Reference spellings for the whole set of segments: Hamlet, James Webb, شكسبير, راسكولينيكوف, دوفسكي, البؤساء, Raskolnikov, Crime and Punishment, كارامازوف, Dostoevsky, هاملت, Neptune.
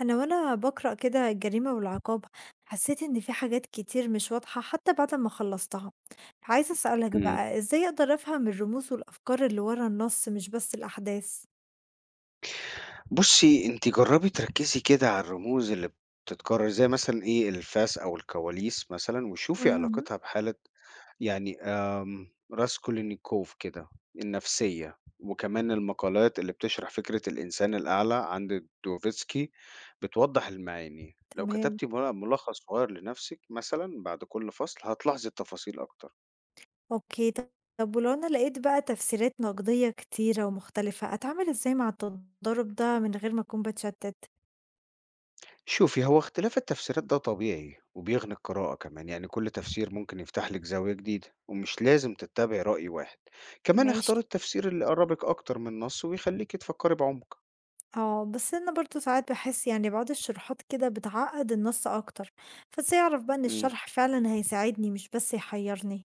أنا وأنا باقرأ كده الجريمة والعقاب، حسيت إن في حاجات كتير مش واضحة حتى بعد ما خلصتها. عايزة أسألك إمم. بقى إزاي أقدر أفهم الرموز والأفكار اللي ورا النص، مش بس الأحداث؟ بُصّي، أنتِ جرّبي تركّزي كده على الرموز اللي بتتكرر، زي مثلًا إيه، الفاس أو الكواليس مثلًا وشوفي مهم. علاقتها بحالة يعني آمم، راسكولينيكوف كده، النفسية، وكمان المقالات اللي بتشرح فكرة الإنسان الأعلى عند دوفسكي بتوضّح المعاني. لو تمام، كتبتِ ملخص صغير لنفسِك مثلًا بعد كل فصل، هتلاحظي التفاصيل أكتر. أوكي. طب ولو أنا لقيت بقى تفسيرات نقدية كتيرة ومختلفة، أتعامل إزاي مع التضارب ده من غير ما أكون بتشتت؟ شوفي، هو اختلاف التفسيرات ده طبيعي وبيغني القراءة كمان، يعني كل تفسير ممكن يفتح لك زاوية جديدة ومش لازم تتبعي رأي واحد، كمان ماشي. اختار التفسير اللي يقربك أكتر من النص ويخليكي تفكري بعمق. اه، بس أنا برضو ساعات بحس يعني بعض الشروحات كده بتعقد النص أكتر. فإزاي أعرف بقى إن امم الشرح فعلا هيساعدني مش بس يحيرني؟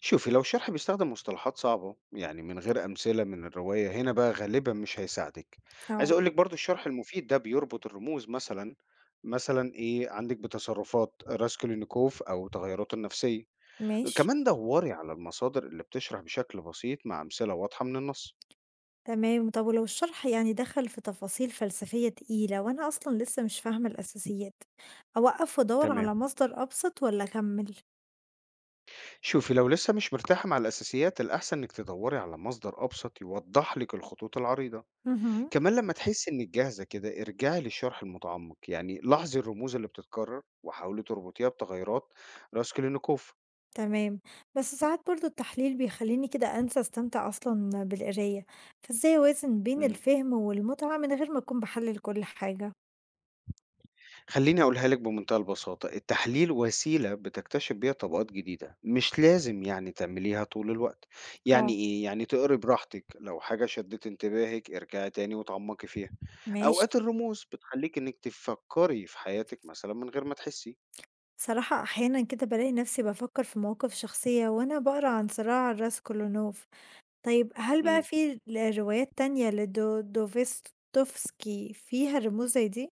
شوفي لو الشرح بيستخدم مصطلحات صعبة يعني من غير أمثلة من الرواية هنا بقى غالبا مش هيساعدك. عايز آه، أقول لك برضو الشرح المفيد ده بيربط الرموز مثلا إيه عندك بتصرفات راسكولينيكوف أو تغيراته النفسية. ماشي، كمان دوري على المصادر اللي بتشرح بشكل بسيط مع أمثلة واضحة من النص. تمام. طب ولو الشرح يعني دخل في تفاصيل فلسفية تقيلة وأنا أصلًا لسه مش فاهمة الأساسيات، أوقّف وأدوّر تمام. على مصدر أبسط والّا أكمّل؟ شوفي لو لسه مش مرتاحة مع الأساسيات الأحسن إنك تدوري على مصدر أبسط يوضح لك الخطوط العريضة. اهم، كمان لما تحسي إنك جاهزة كده ارجعي للشرح المتعمق، يعني لاحظي الرموز اللي بتتكرر وحاولي تربطيها بتغيرات راسكولينيكوف. تمام. بس ساعات برضه التحليل بيخلّيني كده أنسى أستمتع أصلًا بالقراية، فإزاي أوازن بين الفهم والمتعة من غير ما أكون باحلّل كل حاجة؟ خلّيني أقولها لِك بمنتهى البساطة، التحليل وسيلة بتكتشف بيها طبقات جديدة، مش لازم يعني تعمليها طول الوقت، يعني آه، إيه، يعني تقري براحتِك، لو حاجة شدِّت انتباهِك ارجعي تاني واتعمقي فيها، ماشي. أوقات الرموز بتخلّيكِ إنِّك تفكّري في حياتِك مثلًا من غير ما تحسّي. صراحة أحيانًا كده بالاقي نفسي بافكّر في مواقف شخصية وأنا باقرا عن صراع راس كولونوف. طيب هل بقى إمم، في روايات تانية دوفستوفسكي فيها رموز زي دي؟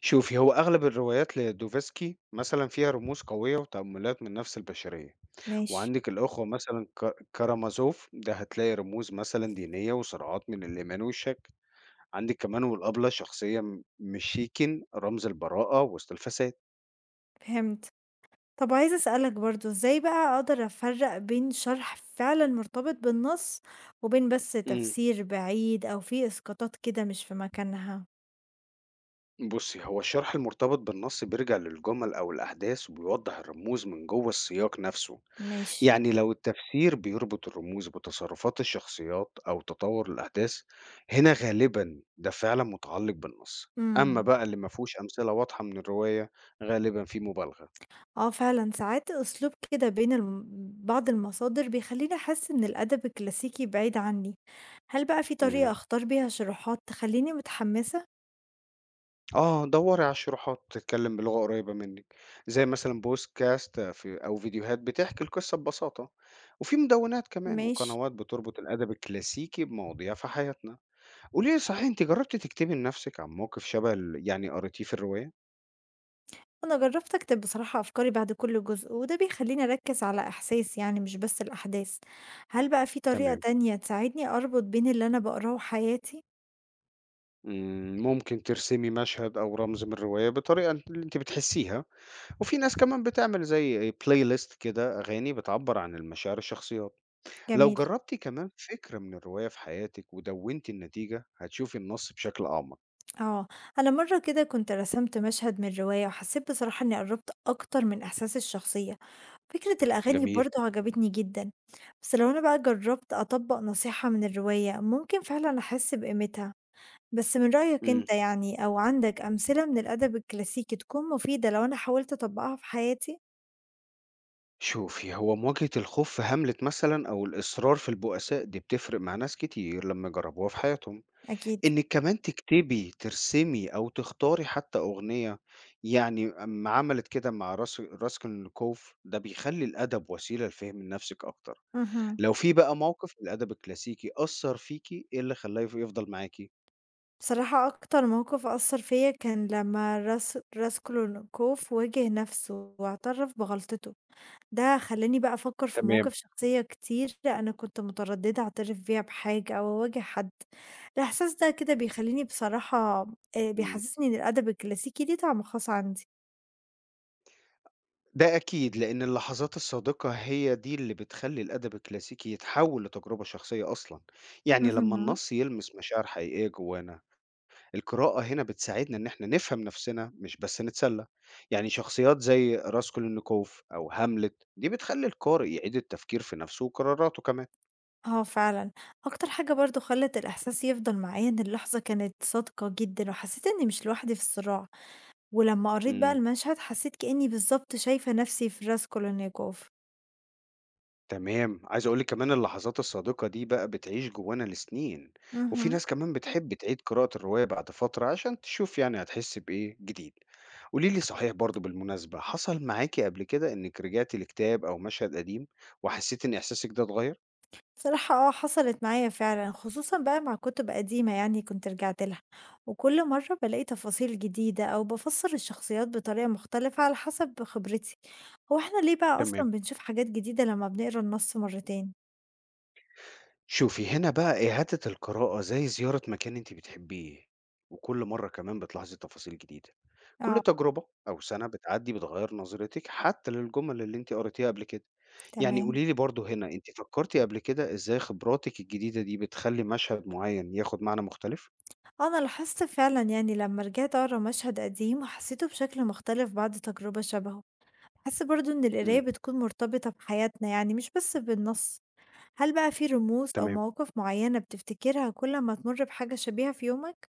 شوفي هو أغلب الروايات لدوفسكي مثلًا فيها رموز قوية وتأملات من نفس البشرية، ماشي، وعندِك الأخوة مثلًا كارامازوف ده هتلاقي رموز مثلًا دينية وصراعات من الإيمان والشك. عندِك كمان والأبلة شخصية مشيكن رمز البراءة وسط الفساد. فهمت. طب عايزة أسألك برضه إزاي بقى أقدر أفرّق بين شرح فعلًا مرتبط بالنص، وبين بس إمم. تفسير بعيد أو فيه إسقاطات كده مش في مكانها؟ بُصّي، هو الشرح المرتبط بالنص بيرجع للجمل أو الأحداث وبيوضّح الرموز من جوّه السياق نفسه، ماشي، يعني لو التفسير بيربط الرموز بتصرفات الشخصيات أو تطوّر الأحداث، هنا غالبًا ده فعلًا متعلق بالنص، أمّا إمم. بقى اللي ما فيهوش أمثلة واضحة من الرواية غالبًا فيه مبالغة. آه، فعلًا ساعات أسلوب كده بين بعض المصادر بيخلّيني أحس إن الأدب الكلاسيكي بعيد عني. هل بقى في إمم. طريقة أختار بيها شروحات تخلّيني متحمسة؟ آه، دَوّري على الشروحات تتكلّم بلغة قريّبة منِّك، زي مثلًا بودكاست في أو فيديوهات بتحكي القصة ببساطة، وفي مدوّنات كمان ماشي. وقنوات بتربط الأدب الكلاسيكي بمواضيع في حياتنا. قولي لي صحيح أنتِ جرّبتِ تكتبي لنَفْسِك عن موقف شَبه يعني قريتيه في الرواية؟ أنا جرّبت أكتب بصراحة أفكاري بعد كل جزء، وده بيخلّيني أركّز على إحساس يعني مش بس الأحداث. هل بقى في طريقة تمام. تانية تساعدني أربط بين اللي أنا باقراه وحياتي؟ ممكن ترسمي مشهد أو رمز من الرواية بالطريقة اللي أنتِ بتحسّيها، وفي ناس كمان بتعمل زي playlist كده أغاني بتعبّر عن المشاعر الشخصيات. لو جميل. جربتِ كمان فكرة من الرواية في حياتِك ودوّنتِ النتيجة، هتشوفي النص بشكل أعمق. آه، أنا مرّة كده كنت رسمت مشهد من رواية وحسّيت بصراحة إني قرّبت أكتر من إحساس الشخصية. فكرة الأغاني جميل. برضه عجبتني جدًا، بس لو أنا بقى جرّبت أطبّق نصيحة من الرواية، ممكن فعلًا أحس بقيمتها. بس من رأيك إمم. أنت يعني أو عندك أمثلة من الأدب الكلاسيكي تكون مفيدة لو أنا حاولت أطبّقها في حياتي؟ شوفي، هو مواجهة الخوف في هاملت مثلًا أو الإصرار في البؤساء دي بتفرق مع ناس كتير لمّا جربوها في حياتهم. أكيد. إنِّك كمان تكتبي، ترسمي أو تختاري حتى أغنية، يعني أمّا عملت كده مع راسلكوف، ده بيخلّي الأدب وسيلة لفهم نفسِك أكتر. اهم. لو في بقى موقف في الأدب الكلاسيكي أثّر فيكِ، إيه اللي خلّاه يفضل معاكِ؟ بصراحة أكتر موقف أثّر فيّا كان لمّا راس راسكولينكوف واجه نَفْسه واعترف بغلطته، ده خلّاني بقى أفكّر في تمام. مواقف شخصية كتير أنا كنت متردّدة أعترف بيها بحاجة أو أواجه حد. الإحساس ده كده بيخلّيني بصراحة إمم. بيحسّسني إن الأدب الكلاسيكي ليه طعم خاص عندي. ده أكيد، لإن اللحظات الصادقة هي دي اللي بتخلّي الأدب الكلاسيكي يتحول لتجربة شخصية أصلًا، يعني لمّا اهم. النص يلمس مشاعر حقيقية جوانا، القراءة هنا بتساعدنا إن إحنا نفهم نفسنا مش بس نتسلى، يعني شخصيات زي راسكولينيكوف أو هاملت دي بتخلّي القارئ يعيد التفكير في نفسه وقراراته كمان. آه، فعلًا. أكتر حاجة برضه خلّت الإحساس يفضل معايا إن اللحظة كانت صادقة جدًا وحسّيت إنّي مش لوحدي في الصراع. ولمّا قريت بقى إمم. المشهد حسيت كإني بالضبط شايفة نفسي في راسكولنيكوف. تمام عايز اقول لك كمان اللحظات الصادقة دي بقى بتعيش جوانا لسنين، وفي اهم. ناس كمان بتحب تعيد قراءة الرواية بعد فترة عشان تشوف يعني هتحس بإيه جديد. قولي لي صحيح برضو بالمناسبة حصل معاكي قبل كده انك رجعتي لكتاب او مشهد قديم وحسيتي ان احساسك ده اتغير؟ بصراحة آه، حصلت معايا فعلًا، خصوصًا بقى مع كُتب قديمة يعني كنت رجعت لها، وكل مرّة بالاقي تفاصيل جديدة أو بافسّر الشخصيات بطريقة مختلفة على حسب خبرتي. هو إحنا ليه بقى تمام. أصلًا بنشوف حاجات جديدة لمّا بنقرا النص مرتين؟ شوفي، هنا بقى إعادة القراءة زي زيارة مكان أنتِ بتحبيه، وكل مرّة كمان بتلاحظي تفاصيل جديدة. كل آه، تجربة أو سنة بتعدّي بتغيّر نظرتِك حتى للجُمل اللي أنتِ قريتيها قبل كده. يعني تمام. قولي لي برضه هنا، أنتِ فكّرتِ قبل كده إزاي خبراتِك الجديدة دي بتخلّي مشهد معيّن ياخد معنى مختلف؟ أنا لاحظت فعلًا يعني لمّا رجعت أقرا مشهد قديم حسيته بشكل مختلف بعد تجربة شبهه. باحس برضه إن القراية إمم، بتكون مرتبطة بحياتنا يعني مش بس بالنص. هل بقى في رموز أو تمام. مواقف معيّنة بتفتكرها كل ما تمُر بحاجة شبيهة في يومك؟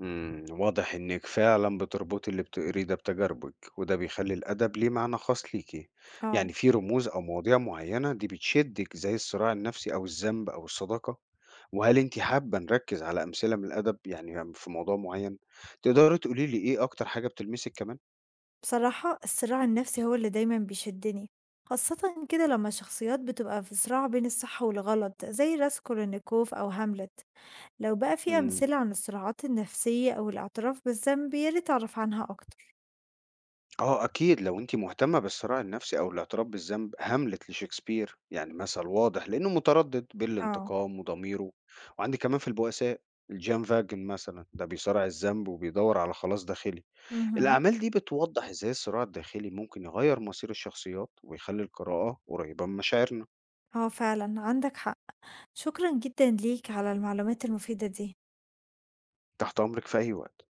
واضح إنِك فعلًا بتربطي اللي بتقريه ده بتجاربِك، وده بيخلّي الأدب ليه معنى خاص ليكِ، يعني آه. في رموز أو مواضيع معيّنة دي بتشدِك زي الصراع النفسي أو الذنب أو الصداقة، وهل أنتِ حابة نركّز على أمثلة من الأدب يعني في موضوع معيّن؟ تقدري تقولي لي إيه أكتر حاجة بتلمسِك كمان؟ بصراحة الصراع النفسي هو اللي دايمًا بيشدني، خاصةً كده لمّا الشخصيات بتبقى في صراع بين الصح والغلط زي راسكولينيكوف أو هاملت. لو بقى في امم. أمثلة عن الصراعات النفسية أو الاعتراف بالذنب يا ريت أعرف عنها أكتر. آه أكيد، لو أنتِ مهتمة بالصراع النفسي أو الاعتراف بالذنب، هاملت لشكسبير يعني مثل واضح لأنه متردد بين آه، الانتقام وضميره، وعندِك كمان في البؤساء لجان فاجن مثلًا، ده بيصارع الذنب وبيدور على خلاص داخلي، اهم. الأعمال دي بتوضح إزاي الصراع الداخلي ممكن يغير مصير الشخصيات ويخلي القراءة قريبة من مشاعرنا. آه، فعلًا عندك حق. شكرًا جدًا ليك على المعلومات المفيدة دي. تحت أمرِك في أي وقت.